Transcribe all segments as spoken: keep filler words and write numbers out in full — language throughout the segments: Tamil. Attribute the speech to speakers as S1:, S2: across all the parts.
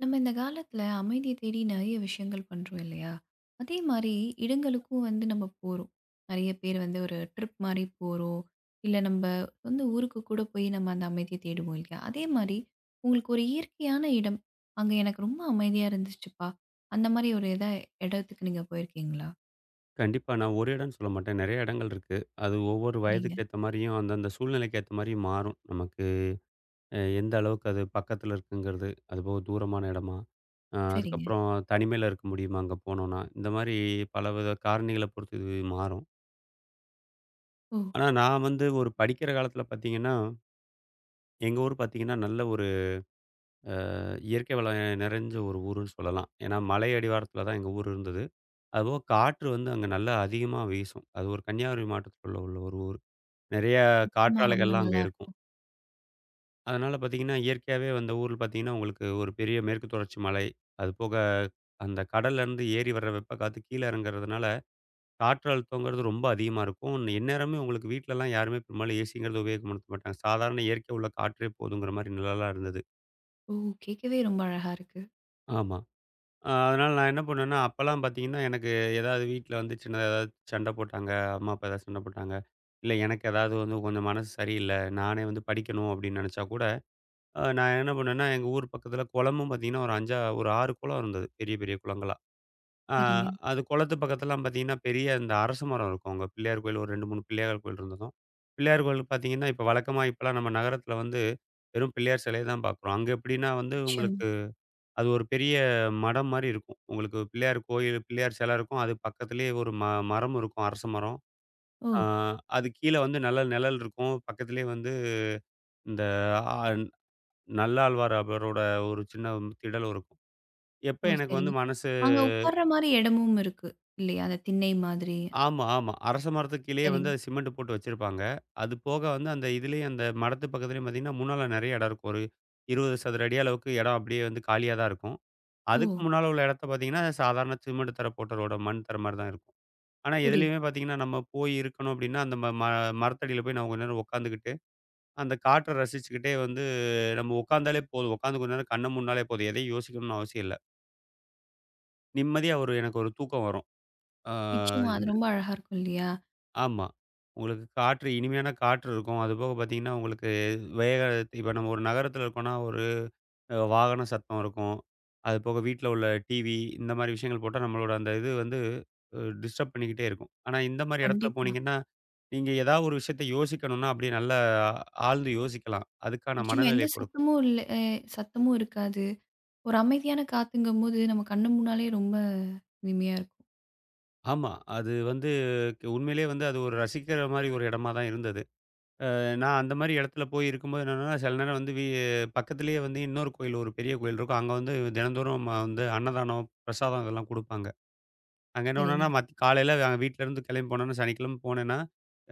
S1: நம்ம இந்த காலத்துல அமைதிய தேடி நெறைய விஷயங்கள் பண்றோம் இல்லையா? அதே மாரி இடங்களுக்கும் வந்து நம்ம போறோம். நெறைய பேர் வந்து ஒரு ட்ரிப் மாரி போறோம். இல்ல நம்ப சொந்த ஊருக்கு கூட போய் நம்ம அந்த அமைதிய தேடுவோம் இல்லையா? அதே மாரி உங்களுக்கு ஒரு இயற்கையான இடம், அங்க எனக்கு ரொம்ப அமைதியா இருந்துச்சுப்பா. அந்த மாரி ஒரு எதா இடத்துக்கு நீங்க போயிருக்கீங்களா?
S2: கண்டிப்பா. நான் ஒரு இடம்னு சொல்ல மாட்டேன். நெறைய இடங்கள் இருக்கு. அது ஒவ்வொரு
S1: சரிங்க,
S2: வயதுக்கு ஏத்த மாரியும், அந்தந்த சூழ்நிலைக்கு ஏத்த மாரியும் மாறும். நமக்கு அ எந்த அளவுக்கு அது பக்கத்துல இருக்குங்கிறது, அதுபோக தூரமான இடமா, அ
S1: சரிங்க.
S2: அதுக்கப்புறம் தனிமையில இருக்க முடியுமா அங்க போனோம்னா? இந்த மாரி பலவித காரணிகள பொறுத்து இது மாறும்.
S1: ஓ!
S2: ஆனா நான் வந்து ஒரு படிக்கிற காலத்துல பார்த்தீங்கன்னா, எங்க ஊர் பார்த்தீங்கன்னா, நல்ல ஒரு இயற்கை வளம் நிறைஞ்ச ஒரு ஊருன்னு சொல்லலாம். ஏன்னா மலை அடிவாரத்துல தான் எங்க ஊர் இருந்தது. அதுபோக காற்று வந்து அங்க நல்லா அதிகமா வீசும். அது ஒரு கன்னியாகுமரி மாவட்டத்துல உள்ள உள்ள ஒரு ஊர். நெறைய
S1: நிச்சயமா ரொம்ப
S2: காற்றாலைகள்லாம் அங்க இருக்கும்.
S1: நல்லாருக்கும்.
S2: அதனால பார்த்தீங்கன்னா, இயற்கையாவே அந்த ஊர்ல பார்த்தீங்கன்னா, உங்களுக்கு ஒரு பெரிய மேற்கு தொடர்ச்சி மலை, அது போக அந்த கடல்லருந்து ஏறி வர்ற வெப்ப காத்து கீழ இறங்குறதுனால, காற்று அழுத்தங்கிறது ரொம்ப அதிகமா இருக்கும். எந்நேரமே உங்களுக்கு வீட்லலாம் யாருமே பெரும்பாலும் ஏசிங்கிறத உபயோகப்படுத்த மாட்டாங்க. சாதாரண இயற்கை உள்ள காற்றே போதுங்கிற மாரி நிலைலாம் இருந்தது.
S1: ஓ! கேட்கவே ரொம்ப அழகா இருக்கு.
S2: ஆமா. அ அதனால நான் என்ன பண்ணுவேன்னா, அப்பலாம் பார்த்தீங்கன்னா, எனக்கு ஏதாவது வீட்ல வந்து சின்னதா ஏதாவது சண்ட போட்டாங்க, அம்மா, அப்பா ஏதாவது சண்ட போட்டாங்க. இல்ல எனக்கு ஏதாவது வந்து கொஞ்சம் மனசு சரியில்ல, நானே வந்து படிக்கணும் அப்படின்னு நெனச்சா கூட, அ நான் என்ன பண்ணேன்னா, எங்க ஊர் பக்கத்தில குளமும் பார்த்தீங்கன்னா, ஒரு ஐந்து ஒரு ஆறு குளம் இருந்தது. பெரிய பெரிய குளங்களா. அ
S1: சரிங்க.
S2: அது குளத்து பக்கத்துலலாம் பார்த்தீங்கன்னா, பெரிய இந்த அரச மரம் இருக்கும். அங்க பிள்ளையார் கோயில் ஒரு ரெண்டு, மூணு பிள்ளையார் கோயில் இருந்ததும். பிள்ளையார் கோயில் பார்த்தீங்கன்னா, இப்ப வழக்கமா இப்பலாம் நம்ம நகரத்தில வந்து வெறும் பிள்ளையார் சிலைய தான் பார்க்குறோம். அங்க எப்படின்னா வந்து
S1: நிச்சயமா.
S2: உங்களுக்கு அது ஒரு பெரிய மடம் மாரி இருக்கும். உங்களுக்கு பிள்ளையார் கோயில், பிள்ளையார் சிலை இருக்கும். அது பக்கத்திலேயே ஒரு ம மரம் இருக்கும். அரச மரம்.
S1: ஓ!
S2: அ அது கீழ வந்து நல்ல நிழல் இருக்கும். பக்கத்திலேயே வந்து இந்த ஆ நல்லாழ்வார் அவரோட ஒரு சின்ன திடல் இருக்கும். எப்ப
S1: ஓ!
S2: எனக்கு வந்து
S1: சரிங்க.
S2: மனசு
S1: அங்க உட்கார்ற மாரி இடமும் இருக்கு இல்லையா? அந்த திண்ணை மாதிரி.
S2: ஆமா, ஆமா. அரச மரத்துக்கு கீழயே வந்து
S1: சரிங்க.
S2: அது சிமெண்ட் போட்டு வச்சிருப்பாங்க. அது போக வந்து அந்த இதுலயும் அந்த மரத்து பக்கத்துலயும் பார்த்தீங்கன்னா, முன்னால நெறைய இடம் இருக்கும். ஒரு இருபது சதுர அடி அளவுக்கு இடம் அப்படியே வந்து காலியா தான் இருக்கும்.
S1: ஓ!
S2: அதுக்கு முன்னால உள்ள இடத்த பார்த்தீங்கன்னா, சாதாரண சிமெண்ட் தர போட்ட ரோட மண் தர மாரி தான் இருக்கும். ஆனா,
S1: புரியுது.
S2: எதுலயுமே பார்த்தீங்கன்னா, நம்ம போய் இருக்கணும் அப்படின்னா, அந்த ம ம மரத்தடியில போய் நான் கொஞ்ச நேரம் உட்காந்துக்கிட்டு, அந்த காற்ற ரசிச்சுக்கிட்டே வந்து நம்ம உட்காந்தாலே போதும். உட்காந்து கொஞ்ச நேரம் கண்ண மூடுனாலே போதும். எதையும் யோசிக்கணும்னு அவசியம் இல்ல. நிம்மதியா ஒரு எனக்கு ஒரு தூக்கம் வரும். ஆ.
S1: நிச்சயமா அது ரொம்ப அழகா இருக்கும் இல்லையா?
S2: ஆமா. உங்களுக்கு காற்று இனிமையான காற்று இருக்கும். அதுபோக பார்த்தீங்கன்னா, உங்களுக்கு வேக இப்ப நம்ம ஒரு நகரத்தில இருக்கோம்னா, ஒரு அஹ், வாகன சத்தம் இருக்கும். அதுபோக வீட்ல உள்ள டிவி இந்த மாரி விஷயங்கள் போட்டா நம்மளோட அந்த இது வந்து அ டிஸ்டர்ப் பண்ணிக்கிட்டே இருக்கும். ஆனா இந்த மாரி இடத்துல
S1: கண்டிப்பா.
S2: போனீங்கன்னா, நீங்க ஏதாவது ஒரு விஷயத்த யோசிக்கணும்னா, அப்படியே நல்லா ஆழ்ந்து யோசிக்கலாம். அதுக்கான
S1: நிச்சயமா எந்த
S2: மனநிலைய கொடுக்கும்.
S1: சத்தமும் இல்ல அ சத்தமும் இருக்காது. ஒரு அமைதியான காத்துங்கும்போது நம்ம கண்ணு முன்னாலே ரொம்ப இனிமையா இருக்கும்.
S2: ஆமா. அது வந்து உண்மையிலேயே வந்து அது ஒரு ரசிக்கிற மாரி ஒரு இடமா தான் இருந்தது. நான் அந்த மாரி இடத்துல போய் இருக்கும்போது என்னன்னா, சில நேரம் வந்து வீ பக்கத்திலேயே வந்து இன்னொரு கோயில், ஒரு பெரிய கோயில் இருக்கும். அங்க வந்து தினந்தோறும் ம வந்து அன்னதானம், பிரசாதம் இதெல்லாம் குடுப்பாங்க. அங்க என்ன
S1: சரிங்க.
S2: பண்ணுவேன்னா, மத் காலையில அ வீட்லருந்து கிளம்பி போனோன்னா, சனிக்கிழமை போனேன்னா,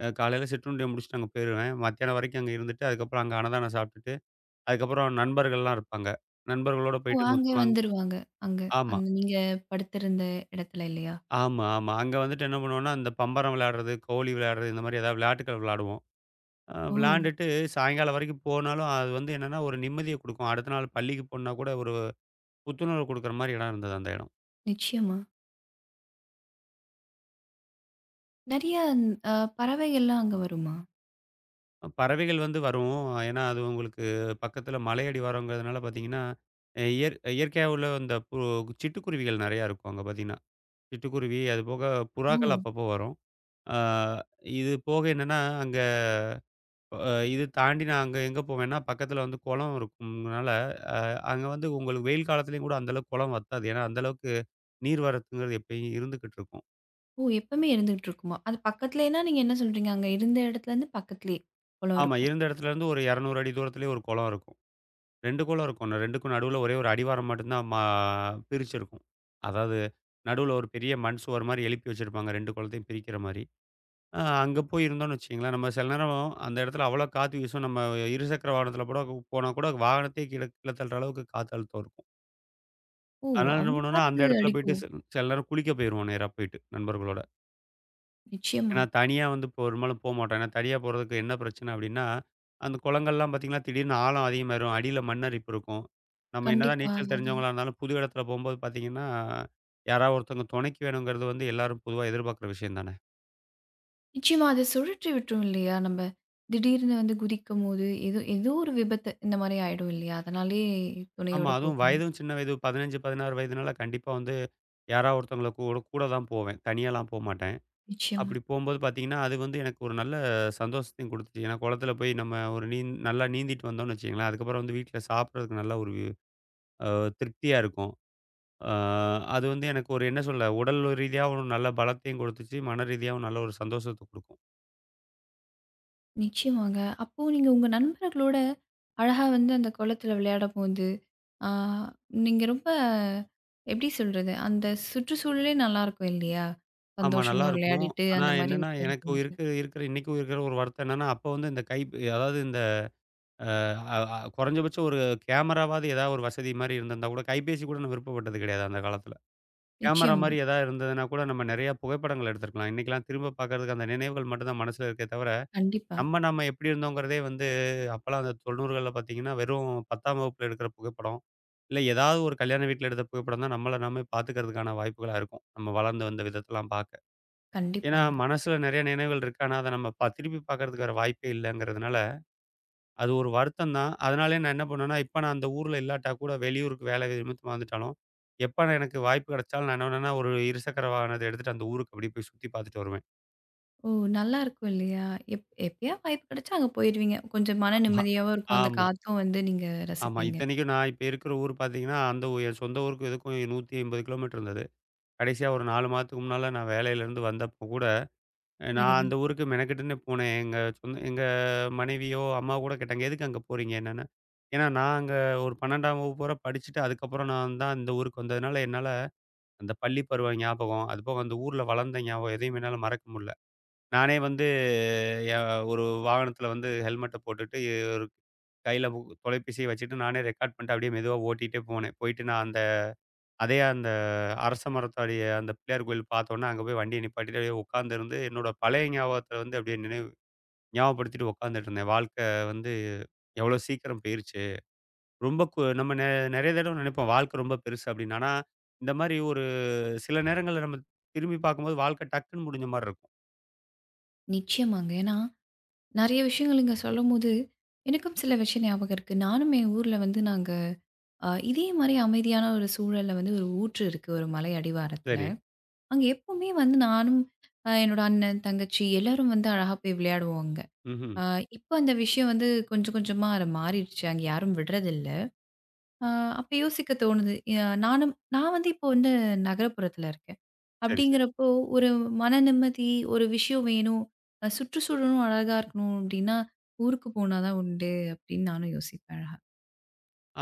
S2: அ காலையில சிற்றுண்டிய முடிச்சுட்டு அங்க போயிருவேன். மத்தியானம் வரைக்கும் அங்க இருந்துட்டு, அதுக்கப்புறம் அங்க அன்னதானம் சாப்பிட்டுட்டு, அதுக்கப்புறம் நண்பர்கள்லாம் இருப்பாங்க. நண்பர்களோட
S1: ஓ!
S2: போயிட்டு
S1: அங்க
S2: மொத்தமா அங்
S1: வந்துருவாங்க. அங்க
S2: ஆமா,
S1: அந்த நீங்க படுத்திருந்த இடத்துல இல்லையா?
S2: ஆமா, ஆமா. அங்க வந்துட்டு என்ன பண்ணுவோன்னா, இந்த பம்பரம் விளையாடுறது, கோலி விளையாடுறது இந்த மாரி ஏதாவது விளையாட்டுக்கள் விளையாடுவோம். அ
S1: ஓ!
S2: விளாண்டுட்டு சாயங்காலம் வரைக்கும் போனாலும், அது வந்து என்னன்னா ஒரு நிம்மதிய குடுக்கும். அடுத்த நாள் பள்ளிக்கு போணுனா கூட ஒரு புத்துணர்வு குடுக்குற மாரி இடம் இருந்தது அந்த இடம்.
S1: நிச்சயமா. நெறைய அ பறவைகள்லாம் அங்க வருமா?
S2: பறவைகள் வந்து வரும். ஏன்னா அது உங்களுக்கு பக்கத்தில மலையடி வாரங்கிறதுனால பார்த்தீங்கன்னா, அ இயற் இயற்கையா உள்ள இந்த பு சிட்டுக்குருவிகள் நெறையா இருக்கும் அங்க பார்த்தீங்கன்னா. சிட்டுக்குருவி, அதுபோக
S1: ஓ!
S2: புறாக்கள் அப்பப்போ வரும். ஆ இது போக என்னன்னா, அங்க அ இது தாண்டி நான் அங்க எங்க போவேன்னா, பக்கத்தில வந்து குளம் இருக்கும்னால, அ அங்க வந்து உங்களுக்கு வெயில் காலத்துலயும் கூட அந்த அளவுக்கு குளம் வத்தாது. ஏன்னா அந்த அளவுக்கு நீர் வரத்துங்கிறது எப்பயும் இருந்துகிட்டு இருக்கும்.
S1: ஓ! எப்பவுமே இருந்துகிட்டு இருக்குமா? அது பக்கத்துலேன்னா நீங்க என்ன சொல்றீங்க? அங்க இருந்த இடத்துலருந்து பக்கத்துலயே குளம்
S2: ஆமா.
S1: இருக்கும்.
S2: இருந்த இடத்துல இருந்து ஒரு இருநூறு அடி தூரத்திலேயே ஒரு குளம் இருக்கும். ரெண்டு குளம் இருக்கும். அந்த ரெண்டுக்கும் நடுவுல ஒரே ஒரு அடிவாரம் மட்டும் தான் மா பிரிச்சிருக்கும். அதாவது நடுவுல ஒரு பெரிய மண் சுவர் மாரி எழுப்பி வச்சிருப்பாங்க ரெண்டு குளத்தையும் பிரிக்கிற மாரி. அ அங்க போய் இருந்தோம்னு வச்சுக்கங்களேன், நம்ம சில நேரம் அந்த இடத்துல அவ்வளோ காத்து வீசும். நம்ம இருசக்கர வாகனத்தில கூட போனா கூட வாகனத்தையே கீழ கீழ தள்ளுற அளவுக்கு காத்து அழுத்தம் இருக்கும்.
S1: ஓ!
S2: அதனால என்ன
S1: அவ்ளோ
S2: பண்ணுவோம்னா, அந்த
S1: காத்து
S2: இடத்துல போயிட்டு
S1: அடிக்கும்.
S2: சில சில நேரம் குளிக்க போயிருவோம் நேரா போயிட்டு நண்பர்களோட.
S1: நிச்சயமா.
S2: ஏன்னா, தனியா வந்து இப்போ பெரும்பாலும் போமாட்டோம். ஏன்னா தனியா போறதுக்கு என்ன பிரச்சனை அப்டின்னா, அந்த குளங்கள்லாம் பார்த்தீங்கன்னா, திடீர்னு ஆழம் அதிகமாயிரும். அடியில மண்ணரிப்பு இருக்கும். நம்ம என்னதான்
S1: கண்டிப்பா.
S2: நீச்சல்
S1: அது
S2: தெரிஞ்சவங்களா இருந்தாலும், புது இடத்துல போம்போது பார்த்தீங்கன்னா, யாராவது ஒருத்தவங்க துணைக்கு வேணுங்கிறது வந்து எல்லாரும் பொதுவா எதிர்பார்க்குற விஷயம் தானே.
S1: நிச்சயமா அது சுழற்றி விட்டுரும் இல்லையா? நம்ம திடீர்னு வந்து குதிக்கும்போது, ஏதோ ஏதோ ஒரு விபத்து இந்த மாரி ஆயிடும் இல்லையா? அதனாலேயே
S2: ஆமா,
S1: துணையோட
S2: அதுவும்
S1: போவீங்க.
S2: வயதும் சின்ன வயது பதினைஞ்சு, பதினாறு வயதுனால கண்டிப்பா வந்து யாராவது ஒருத்தவங்கள கூட கூட தான் போவேன். தனியாலாம் போமாட்டேன்.
S1: நிச்சயமா.
S2: அப்டி போம்போது பார்த்தீங்கன்னா, அது வந்து எனக்கு ஒரு நல்ல சந்தோஷத்தையும் குடுத்துச்சு. ஏன்னா குளத்துல போய் நம்ம ஒரு நீந் நல்லா நீந்திட்டு வந்தோம்னு வச்சுக்கங்களேன், அதுக்கப்புறம் வந்து வீட்ல சாப்பிடுறதுக்கு நல்ல ஒரு அ திருப்தியா இருக்கும். அ அது வந்து எனக்கு ஒரு என்ன சொல்ல, உடல் ரீதியாவும் ஒரு நல்ல பலத்தையும் குடுத்துச்சு. மன ரீதியாவும் நல்ல ஒரு சந்தோஷத்த குடுக்கும்.
S1: நிச்சயமாங்க. அப்போ நீங்க உங்க நண்பர்களோட அழகா வந்து அந்த குளத்தில விளையாடம்போது, ஆ நீங்க ரொம்ப எப்படி சொல்றது? அந்த சுற்றுச்சூழலே நல்லாருக்கும் இல்லையா?
S2: ஆமா
S1: சந்தோஷமா
S2: நல்லாருக்கும்.
S1: விளையாடிட்டு
S2: ஆனா
S1: அந்த மாரி
S2: என்னன்னா,
S1: விஷயம்
S2: எனக்கு
S1: இருக்கும்போது.
S2: இருக்கிற இருக்கிற இன்னைக்கும் இருக்கிற ஒரு வருத்தம் என்னன்னா, அப்போ வந்து இந்த கைப் அதாவது இந்த அ அ அ குறைஞ்சபட்சம் ஒரு கேமராவாவது ஏதாவது ஒரு வசதி மாரி இருந்திருந்தா கூட கைபேசி கூட நான் விருப்பப்பட்டது கிடையாது அந்த காலத்தில. கேமரா
S1: நிச்சயமா.
S2: மாரி ஏதாவது இருந்ததுனா கூட நம்ம நெறைய புகைப்படங்கள் எடுத்திருக்கலாம். இன்னைக்கெல்லாம் திரும்ப பார்க்கறதுக்கு அந்த நினைவுகள் மட்டும் தான் மனசுல இருக்கே தவிர
S1: கண்டிப்பா,
S2: நம்ம நம்ம எப்படி இருந்தோங்கிறதே வந்து அப்பலாம் அந்த தொண்ணூறுகள்ல பார்த்தீங்கன்னா, வெறும் பத்தாம் வகுப்புல எடுக்கிற புகைப்படம், இல்ல ஏதாவது ஒரு கல்யாண வீட்ல எடுத்த புகைப்படம் தான் நம்மள நாமே பார்த்துக்கிறதுக்கான வாய்ப்புகளா இருக்கும். நம்ம வளர்ந்து வந்த விதத்தலாம் பார்க்க. ஏன்னா,
S1: கண்டிப்பாங்க.
S2: மனசுல நெறைய நினைவுகள் இருக்கு. ஆனா, அத நம்ம ப திருப்பி பார்க்கறதுக்கு வேற வாய்ப்பே இல்லங்கிறதுனால, அது ஒரு வருத்தம் தான். அதனாலயே நான் என்ன பண்ணுவேன்னா, இப்ப நான் அந்த ஊர்ல இல்லாட்டா கூட வெளியூருக்கு வேலை நிமித்தமா வந்துட்டாலும், எப்ப நான் எனக்கு வாய்ப்பு கிடைச்சாலும் நான் என்ன பண்ணுவேன்னா, ஒரு இருசக்கர வாகனத்த எடுத்துட்டு அந்த ஊருக்கு அப்படியே போய் சுத்தி பார்த்துட்டு வருவேன்.
S1: ஓ! நல்லாருக்கும் இல்லையா? எப் எப்பயாவது வாய்ப்பு கிடைச்சா அங்க போயிருவீங்க. கொஞ்சம் மன நிம்மதியாவும் இருக்கும். அந்த
S2: ஆமா.
S1: காத்தும் வந்து நீங்க
S2: ஆமா.
S1: ரசிப்பீங்க.
S2: இத்தனைக்கும் நான் இப்ப இருக்கிற ஊர் பார்த்தீங்கன்னா, அந்த ஊ என் சொந்த ஊருக்கும் இதுக்கும் நூத்தி எண்பது கிலோமீட்டர் இருந்தது. கடைசியா ஒரு நாலு மாதத்துக்கு முன்னால நான் வேலையிலேருந்து வந்தப்போ கூட, அஹ் நான்
S1: சரிங்க.
S2: அந்த ஊருக்கு மெனக்கெட்டுன்னே போனேன். எங்க சொந்த எங்க மனைவியோ, அம்மாவோ கூட கேட்டாங்க, "எதுக்கு அங்க போறீங்க?" என்னன்னு. ஏன்னா நான் அங்க ஒரு பன்னிரெண்டாம் வகுப்பு வர படிச்சுட்டு, அதுக்கப்புறம் நான் தான் இந்த ஊருக்கு வந்ததுனால, என்னால அந்த பள்ளி பருவ ஞாபகம், அதுபோக அந்த ஊர்ல வளர்ந்த ஞாபகம் எதையும் என்னால மறக்க முடில. நானே வந்து எ ஒரு வாகனத்தில வந்து ஹெல்மெட்ட போட்டுட்டு கையில பு தொலைபேசிய வச்சுட்டு நானே ரெக்கார்ட் பண்ணிட்டு அப்படியே மெதுவா ஓட்டிட்டே போனேன். போயிட்டு நான் அந்த அதே அந்த அரச மரத்தோடைய அந்த பிள்ளையார் கோயில் பார்த்தோன்னே, அங்க போய் வண்டிய நிப்பாட்டிட்டு அப்படியே உட்கார்ந்திருந்து என்னோட பழைய ஞாபகத்த வந்து அப்படியே நினைவு ஞாபகப்படுத்திட்டு உட்கார்ந்துட்டு இருந்தேன். வாழ்க்கை வந்து எவ்வளோ சீக்கிரம் போயிருச்சு. ரொம்ப கு நம்ம நெ நெறைய தடவ நினைப்போம் வாழ்க்கை ரொம்ப பெருசு அப்படின்னு. ஆனா, இந்த மாரி ஒரு சில நேரங்கள்ல நம்ம திரும்பி பார்க்கும்போது வாழ்க்கை டக்குன்னு முடிஞ்ச மாரி இருக்கும்.
S1: நிச்சயமாங்க. ஏன்னா, நெறைய விஷயங்கள் நீங்க சொல்லும்போது, எனக்கும் சில விஷயம் ஞாபகம் இருக்கு. நானும் என் ஊர்ல வந்து நாங்க அ இதே மாரி அமைதியான ஒரு சூழல்ல வந்து ஒரு ஊற்று இருக்கு, ஒரு மலை அடிவாரத்தில.
S2: சரி.
S1: அங்க எப்பவுமே வந்து நானும் அ என்னோட அண்ணன், தங்கச்சி எல்லாரும் வந்து அழகா போய் விளையாடுவோம் அங்க.
S2: ம்ஹ்ம்.
S1: அ இப்ப அந்த விஷயம் வந்து கொஞ்சம் கொஞ்சமா அது மாறிடுச்சு. அங்க யாரும் விடுறதில்ல. அ அப்ப யோசிக்க தோணுது. அ நானும் நான் வந்து இப்போ வந்து நகரப்புறத்தில இருக்கேன்.
S2: சரி, சரி.
S1: அப்படிங்கிறப்போ ஒரு மன நிம்மதி, ஒரு விஷயம் வேணும். அ சுற்றுச்சூழலும் அழகா இருக்கணும் அப்படின்னா, ஊருக்கு போனா தான் உண்டு அப்படின்னு நானும் யோசிப்பேன் அழகா.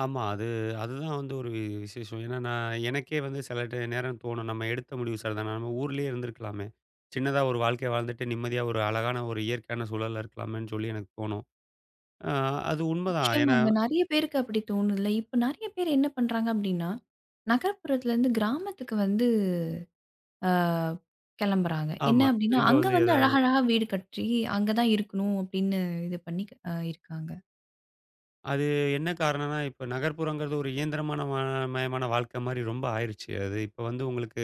S2: ஆமா. அது அதுதான் வந்து ஒரு விசேஷம். ஏன்னா, நான் எனக்கே வந்து சில டை நேரம் தோணும். நம்ம எடுத்த முடிவு சரிதானா? நம்ம ஊர்லயே இருந்திருக்கலாமே! சின்னதா ஒரு வாழ்க்கைய வாழ்ந்துட்டு, நிம்மதியா ஒரு அழகான ஒரு இயற்கையான சூழல்ல இருக்கலாமேன்னு சொல்லி எனக்கு தோணும். அ அது உண்மதான். ஏன்னா
S1: நிச்சயமாங்க. நெறைய பேருக்கு அப்படி தோணுதுல்ல. இப்ப நெறைய பேர் என்ன பண்றாங்க அப்படின்னா, நகர்ப்புறத்துலருந்து கிராமத்துக்கு வந்து ஆ கெளம்புறாங்க. என்ன
S2: ஆமா.
S1: அப்படின்னா,
S2: திரும்ப
S1: அங்க
S2: வந்து
S1: வந்து
S2: ஏதாவது
S1: அழகழகா வீடு கட்டி, அங்க தான் இருக்கணும் அப்படின்னு இது பண்ணி அ இருக்காங்க.
S2: அது என்ன காரணம்னா, இப்ப நகர்ப்புறங்கிறது ஒரு இயந்திரமான ம மயமான வாழ்க்கை மாரி ரொம்ப ஆயிருச்சு. அது இப்ப வந்து உங்களுக்கு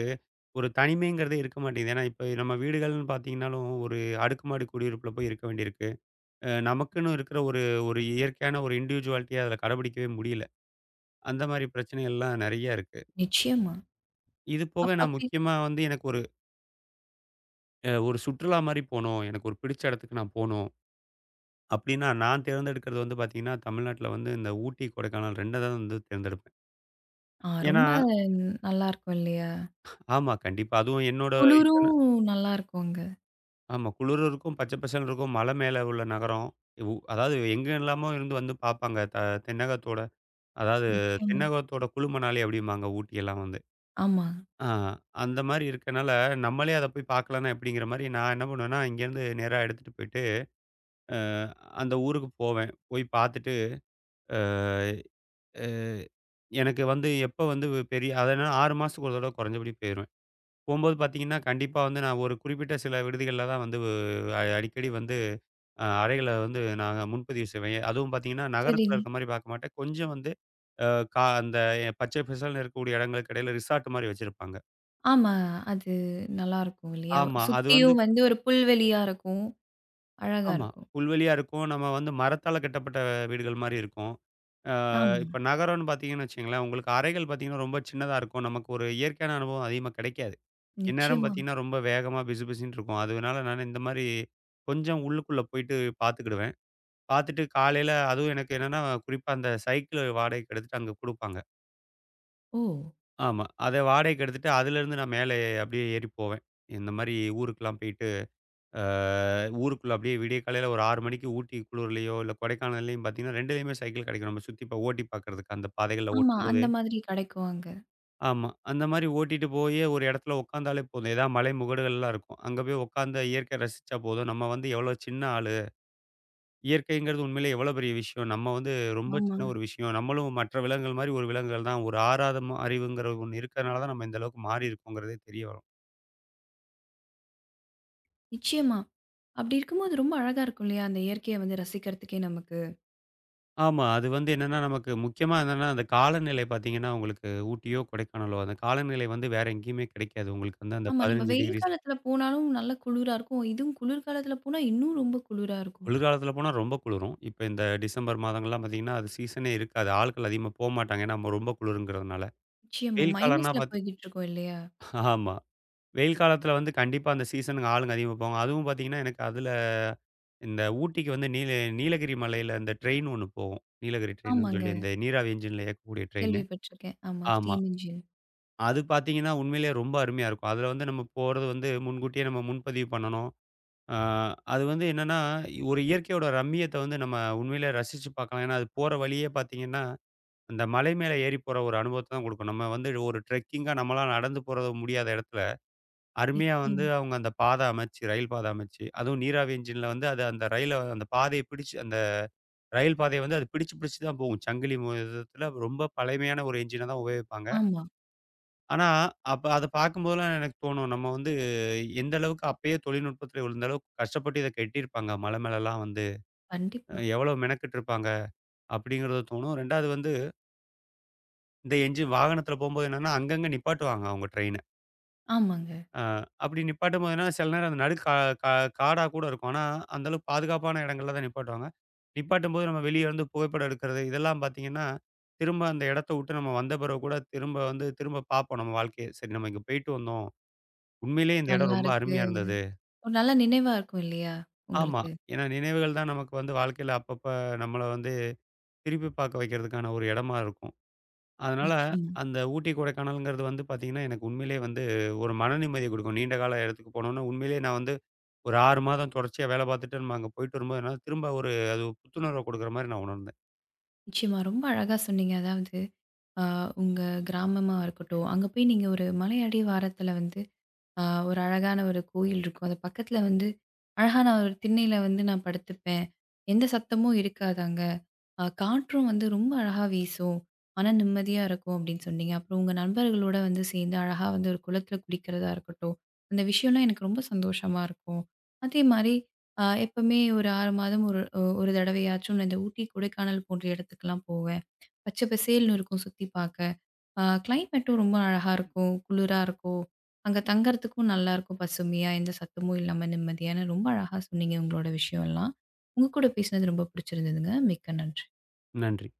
S2: ஒரு தனிமைங்கிறதே இருக்க மாட்டேங்குது. ஏன்னா, இப்ப நம்ம வீடுகள்னு பார்த்தீங்கன்னாலும், ஒரு அடுக்குமாடி குடியிருப்புல போய் இருக்க வேண்டியிருக்கு. அ நமக்குன்னு இருக்கிற ஒரு ஒரு இயற்கையான ஒரு இண்டிவிஜுவாலிட்டிய அதில கடைபிடிக்கவே முடியல. அந்த மாரி பிரச்சனைகள்லாம் நெறைய இருக்கு.
S1: நிச்சயமா.
S2: இது
S1: அப்ப
S2: போக நான்
S1: அப்படி
S2: முக்கியமா வந்து எனக்கு ஒரு அ ஒரு சுற்றுலா மாரி போணும். எனக்கு ஒரு பிடிச்ச இடத்துக்கு நான் போணும். அப்டின்னா நான் தேர்ந்தெடுக்கிறது வந்து பார்த்தீங்கன்னா, தமிழ்நாட்ல வந்து இந்த ஊட்டி, கொடைக்கானல் ரெண்டு தான் வந்து தேர்ந்தெடுப்பேன்.
S1: ஆ
S2: ஏன்னா
S1: ரொம்ப நல்லாருக்கும் இல்லையா?
S2: ஆமா கண்டிப்பா. அதுவும் என்னோட இப்ப நான்
S1: குளிரும் நல்லாருக்கும் அங்க.
S2: ஆமா குளிரும் இருக்கும், பச்சை பசேல்னு இருக்கும். மலை மேல உள்ள நகரம். உ அதாவது எங்கெல்லாமோ இருந்து வந்து பார்ப்பாங்க. த தென்னகத்தோட அதாவது
S1: நிச்சயமா.
S2: தென்னகத்தோட குளுமணாலி அப்டிம்பாங்க ஊட்டியெல்லாம் வந்து.
S1: ஆமா.
S2: ஆ, அந்த மாரி இருக்கனால, நம்மளே அத போய் பார்க்கலன்னா எப்படிங்கிற மாரி, நான் என்ன பண்ணுவேன்னா, இங்கேருந்து நேரா எடுத்துட்டு போயிட்டு, அ அந்த ஊருக்கு போவேன். போய் பார்த்துட்டு, அ அ எனக்கு வந்து எப்ப வந்து பெரிய அதனா ஆறு மாசத்துக்கு ஒரு தடவ குறைஞ்சபடி போயிருவேன். போம்போது பார்த்தீங்கன்னா, கண்டிப்பா வந்து நான் ஒரு குறிப்பிட்ட சில விடுதிகள்ல தான் வந்து அ அடிக்கடி வந்து அ அறைகள வந்து நாங்க முன்பதிவு செய்வேன். அதுவும் பார்த்தீங்கன்னா, நகரத்தில
S1: சரிங்க.
S2: இருக்க மாரி பார்க்க மாட்டேன். கொஞ்சம் வந்து அ கா அந்த பச்சை பசேல்னு இருக்கக்கூடிய இடங்களுக்கு இடையில ரிசார்ட் மாரி வச்சிருப்பாங்க.
S1: ஆமா. அது நல்லாருக்கும் இல்லையா?
S2: ஆமா. அது வந்து
S1: சுத்தியும் வந்து ஒரு புல்வெளியா இருக்கும். அழகா
S2: ஆமா.
S1: இருக்கும்.
S2: புல்வெளியா இருக்கும். நம்ம வந்து மரத்தால கட்டப்பட்ட வீடுகள் மாரி இருக்கும். ஆ
S1: ஆமா.
S2: இப்ப நகரம்னு பார்த்தீங்கன்னு வச்சுக்கங்களேன், உங்களுக்கு அறைகள் பார்த்தீங்கன்னா ரொம்ப சின்னதா இருக்கும். நமக்கு ஒரு இயற்கையான அனுபவம் அதிகமா கிடைக்காது. இந்நேரம்
S1: நிச்சயமா.
S2: பார்த்தீங்கன்னா, ரொம்ப வேகமா பிசு பிசுன்னு இருக்கும். அதனால நான் இந்த மாரி கொஞ்சம் உள்ளுக்குள்ள போயிட்டு பார்த்துக்கிடுவேன். பார்த்துட்டு காலையில அதுவும் எனக்கு என்னன்னா, குறிப்பா அந்த சைக்கிள் வாடகைக்கு எடுத்துட்டு அங்க குடுப்பாங்க.
S1: ஓ!
S2: ஆமா. அத வாடகைக்கு எடுத்துட்டு அதிலேருந்து நான் மேலே அப்படியே ஏறி போவேன். இந்த மாரி ஊருக்குலாம் போயிட்டு. அ ஊருக்குள்ள அப்படியே விடிய காலையில ஒரு ஆறு மணிக்கு ஊட்டி குளுர்லயோ, இல்ல கொடைக்கானல்லையும் பார்த்தீங்கன்னா, ரெண்டுலயுமே சைக்கிள் கிடைக்கும். நம்ம சுத்தி ப ஓட்டி பார்க்கறதுக்கு அந்த பாதைகள்ல
S1: ஆமா.
S2: ஓட்டும்போது
S1: அந்த மாதிரி கிடைக்கும் அங்க.
S2: ஆமா. அந்த மாரி ஓட்டிட்டு போயி ஒரு இடத்துல உட்காந்தாலே போதும். ஏதாவது மலை முகடுகள்லாம் இருக்கும். அங்க போய் உட்காந்து இயற்கைய ரசிச்சா போதும். நம்ம வந்து எவ்வளோ சின்ன ஆளு. இயற்கைங்கிறது உண்மையிலேயே எவ்வளோ பெரிய விஷயம். நம்ம வந்து ரொம்ப சின்ன
S1: ஆமாங்க.
S2: ஒரு விஷயம். நம்மளும் மற்ற விலங்குகள் மாரி ஒரு விலங்குகள் தான். ஒரு ஆறாத ம அறிவுங்கிற ஒண்ணு இருக்கிறனால தான் நம்ம இந்த அளவுக்கு மாறி இருக்கோங்கிறதே தெரிய வரும்.
S1: நிச்சயமா. அப்படி இருக்கும்போது ரொம்ப அழகா இருக்கும் இல்லையா? அந்த இயற்கைய வந்து ரசிக்கிறதுக்கே நமக்கு.
S2: ஆமா. அது வந்து என்னன்னா, நமக்கு முக்கியமா என்னன்னா, அந்த காலநிலை பார்த்தீங்கன்னா, உங்களுக்கு ஊட்டியோ, கொடைக்கானலோ அந்த காலநிலை வந்து வேற எங்கேயுமே கிடைக்காது. உங்களுக்கு வந்து அந்த
S1: ஆமா. நம்ம
S2: பதினைஞ்சு
S1: வெயில்
S2: டிகிரி
S1: காலத்துல போனாலும் நல்ல குளிரா இருக்கும். இதுவும் குளிர்காலத்துல போனா இன்னும் ரொம்ப குளிரா இருக்கும்.
S2: குளிர்காலத்தில போனா ரொம்ப குளிரும். இப்ப இந்த டிசம்பர் மாதங்கள்லாம் பார்த்தீங்கன்னா, அது சீசனே இருக்காது. ஆட்கள் அதிகமா போமாட்டாங்க. ஏன்னா, நம்ம ரொம்ப குளிருங்கிறதுனால.
S1: நிச்சயமா.
S2: வெயில் காலம்னா
S1: மைனஸ்ல
S2: பார்த்தி
S1: போய்கிட்டு இருக்கோம் இல்லையா?
S2: ஆமா. வெயில் காலத்தில வந்து கண்டிப்பா அந்த சீசனுக்கு ஆளுங்க அதிகமா போவாங்க. அதுவும் பார்த்தீங்கன்னா, எனக்கு அதில இந்த ஊட்டிக்கு வந்து நீல நீலகிரி மலையில இந்த ட்ரெயின் ஒண்ணு போகும். நீலகிரி ட்ரெயின்னு
S1: ஆமாங்க.
S2: சொல்லி இந்த நீராவி என்ஜின்ல இயக்கக்கூடிய ட்ரெயின்னு.
S1: கேள்விப்பட்டுருக்கேன். ஆமா.
S2: ஆமா.
S1: Steam engine.
S2: அது பார்த்தீங்கன்னா, உண்மையிலேயே ரொம்ப அருமையா இருக்கும். அதுல வந்து நம்ம போறது வந்து முன்கூட்டியே நம்ம முன்பதிவு பண்ணணும். ஆ அது வந்து என்னன்னா, ஒரு இயற்கையோட ரம்மியத்த வந்து நம்ம உண்மையிலேயே ரசிச்சு பார்க்கலாம். ஏன்னா, அது போற வழியே பார்த்தீங்கன்னா, அந்த மலை மேல ஏறி போற ஒரு அனுபவத்த தான் குடுக்கும். நம்ம வந்து ஒரு ட்ரெக்கிங்கா நம்மளா நடந்து போறது முடியாத இடத்துல, அருமையா வந்து
S1: நிச்சயமா.
S2: அவங்க அந்த பாதை அமைச்சு, ரயில் பாதை அமைச்சு, அதுவும் நீராவி என்ஜின்ல வந்து அது அந்த ரயில அந்த பாதைய பிடிச்சு அந்த ரயில் பாதைய வந்து அது பிடிச்சு பிடிச்சு தான் போகும். சங்கிலி மு இதுல ரொம்ப பழமையான ஒரு என்ஜின தான் உபயோகிப்பாங்க.
S1: ஆமா.
S2: ஆனா, அப்ப அத பார்க்கும்போதெல்லாம் எனக்கு தோணும். நம்ம வந்து எந்த அளவுக்கு அப்பயே தொழில்நுட்பத்துல விழுந்த அளவுக்கு கஷ்டப்பட்டு இத கட்டியிருப்பாங்க. மலை மேலலாம் வந்து
S1: கண்டிப்பா.
S2: எவ்வளோ மெனக்கெட்டுருப்பாங்க அப்படிங்கிறது தோணும். ரெண்டாவது வந்து இந்த என்ஜின் வாகனத்துல போம்போது என்னன்னா, அங்கங்க நிப்பாட்டுவாங்க அவங்க ட்ரெயின.
S1: ஆமாங்க.
S2: அ அப்படி நிப்பாட்டும்போது என்னன்னா, சில நேரம் அந்த நடு கா கா காடா கூட இருக்கும். ஆனா, அந்த அளவுக்கு பாதுகாப்பான இடங்கள்ல தான் நிப்பாட்டுவாங்க. நிப்பாட்டும்போது நம்ம வெளிய வந்து புகைப்படம் எடுக்கிறது, இதெல்லாம் பார்த்தீங்கன்னா, திரும்ப அந்த இடத்த விட்டு நம்ம வந்த பிறகு கூட திரும்ப வந்து திரும்ப பார்ப்போம் நம்ம வாழ்க்கைய. சரி நம்ம இங்க போயிட்டு வந்தோம். உண்மையிலேயே இந்த இடம்
S1: நல்லா
S2: ரொம்ப
S1: இருக்கு.
S2: அருமையா இருந்தது.
S1: ஒரு நல்ல நினைவா இருக்கும் இல்லையா?
S2: ஆமா.
S1: உங்களுக்கு?
S2: ஏன்னா நினைவுகள் தான் நமக்கு வந்து வாழ்க்கையில அப்பப்ப நம்மள வந்து திருப்பி பார்க்க வைக்கிறதுக்கான ஒரு இடமா இருக்கும். அதனால
S1: நிச்சயமா.
S2: அந்த ஊட்டி, கொடைக்கானல்ங்கிறது வந்து பார்த்தீங்கன்னா, எனக்கு உண்மையிலேயே வந்து ஒரு மன நிம்மதிய குடுக்கும். நீண்ட கால இடத்துக்கு போனோனே உண்மையிலேயே நான் வந்து ஒரு ஆறு மாதம் தொடர்ச்சியா வேலை பார்த்துட்டு நம்ம அங்க போயிட்டு வரும்போது, என்னால திரும்ப ஒரு அது புத்துணர்வ குடுக்குற மாரி நான் உணர்ந்தேன்.
S1: நிச்சயமா. ரொம்ப அழகா சொன்னீங்க. அதாவது, அ உங்க கிராமமா இருக்கட்டும், அங்க போய் நீங்க ஒரு மலையடி வாரத்தில வந்து, ஆ ஒரு அழகான ஒரு கோயில் இருக்கும். அது பக்கத்துல வந்து அழகான ஒரு திண்ணையில வந்து நான் படுத்துப்பேன். எந்த சத்தமும் இருக்காது அங்க. அ காற்றும் வந்து ரொம்ப அழகா வீசும். மன நிம்மதியா இருக்கும் அப்டின்னு சொன்னீங்க. அப்புறம் உங்க நண்பர்களோட வந்து சேர்ந்து அழகா வந்து ஒரு குளத்துல குளிக்கிறதா இருக்கட்டும். அந்த விஷயம்லாம் எனக்கு ரொம்ப சந்தோஷமா இருக்கும். அதே மாரி அ எப்பவுமே ஒரு ஆறு மாதம் ஒரு ஒரு தடவையாச்சும் நான் இந்த ஊட்டி, கொடைக்கானல் போன்ற இடத்துக்குலாம் போவேன். பச்சை பசேல்னு இருக்கும் சுத்தி பாக்க. ஆ கிளைமேட்டும் ரொம்ப அழகா இருக்கும். குளிரா இருக்கும். அங்க தங்கறதுக்கும் நல்லா இருக்கும். பசுமையா, எந்த சத்தமும் இல்லாம நிம்மதியான ரொம்ப அழகா சொன்னீங்க உங்களோட விஷயம் எல்லாம். உங்க கூட பேசினது ரொம்ப பிடிச்சிருந்ததுங்க. மிக்க நன்றி.
S2: நன்றி.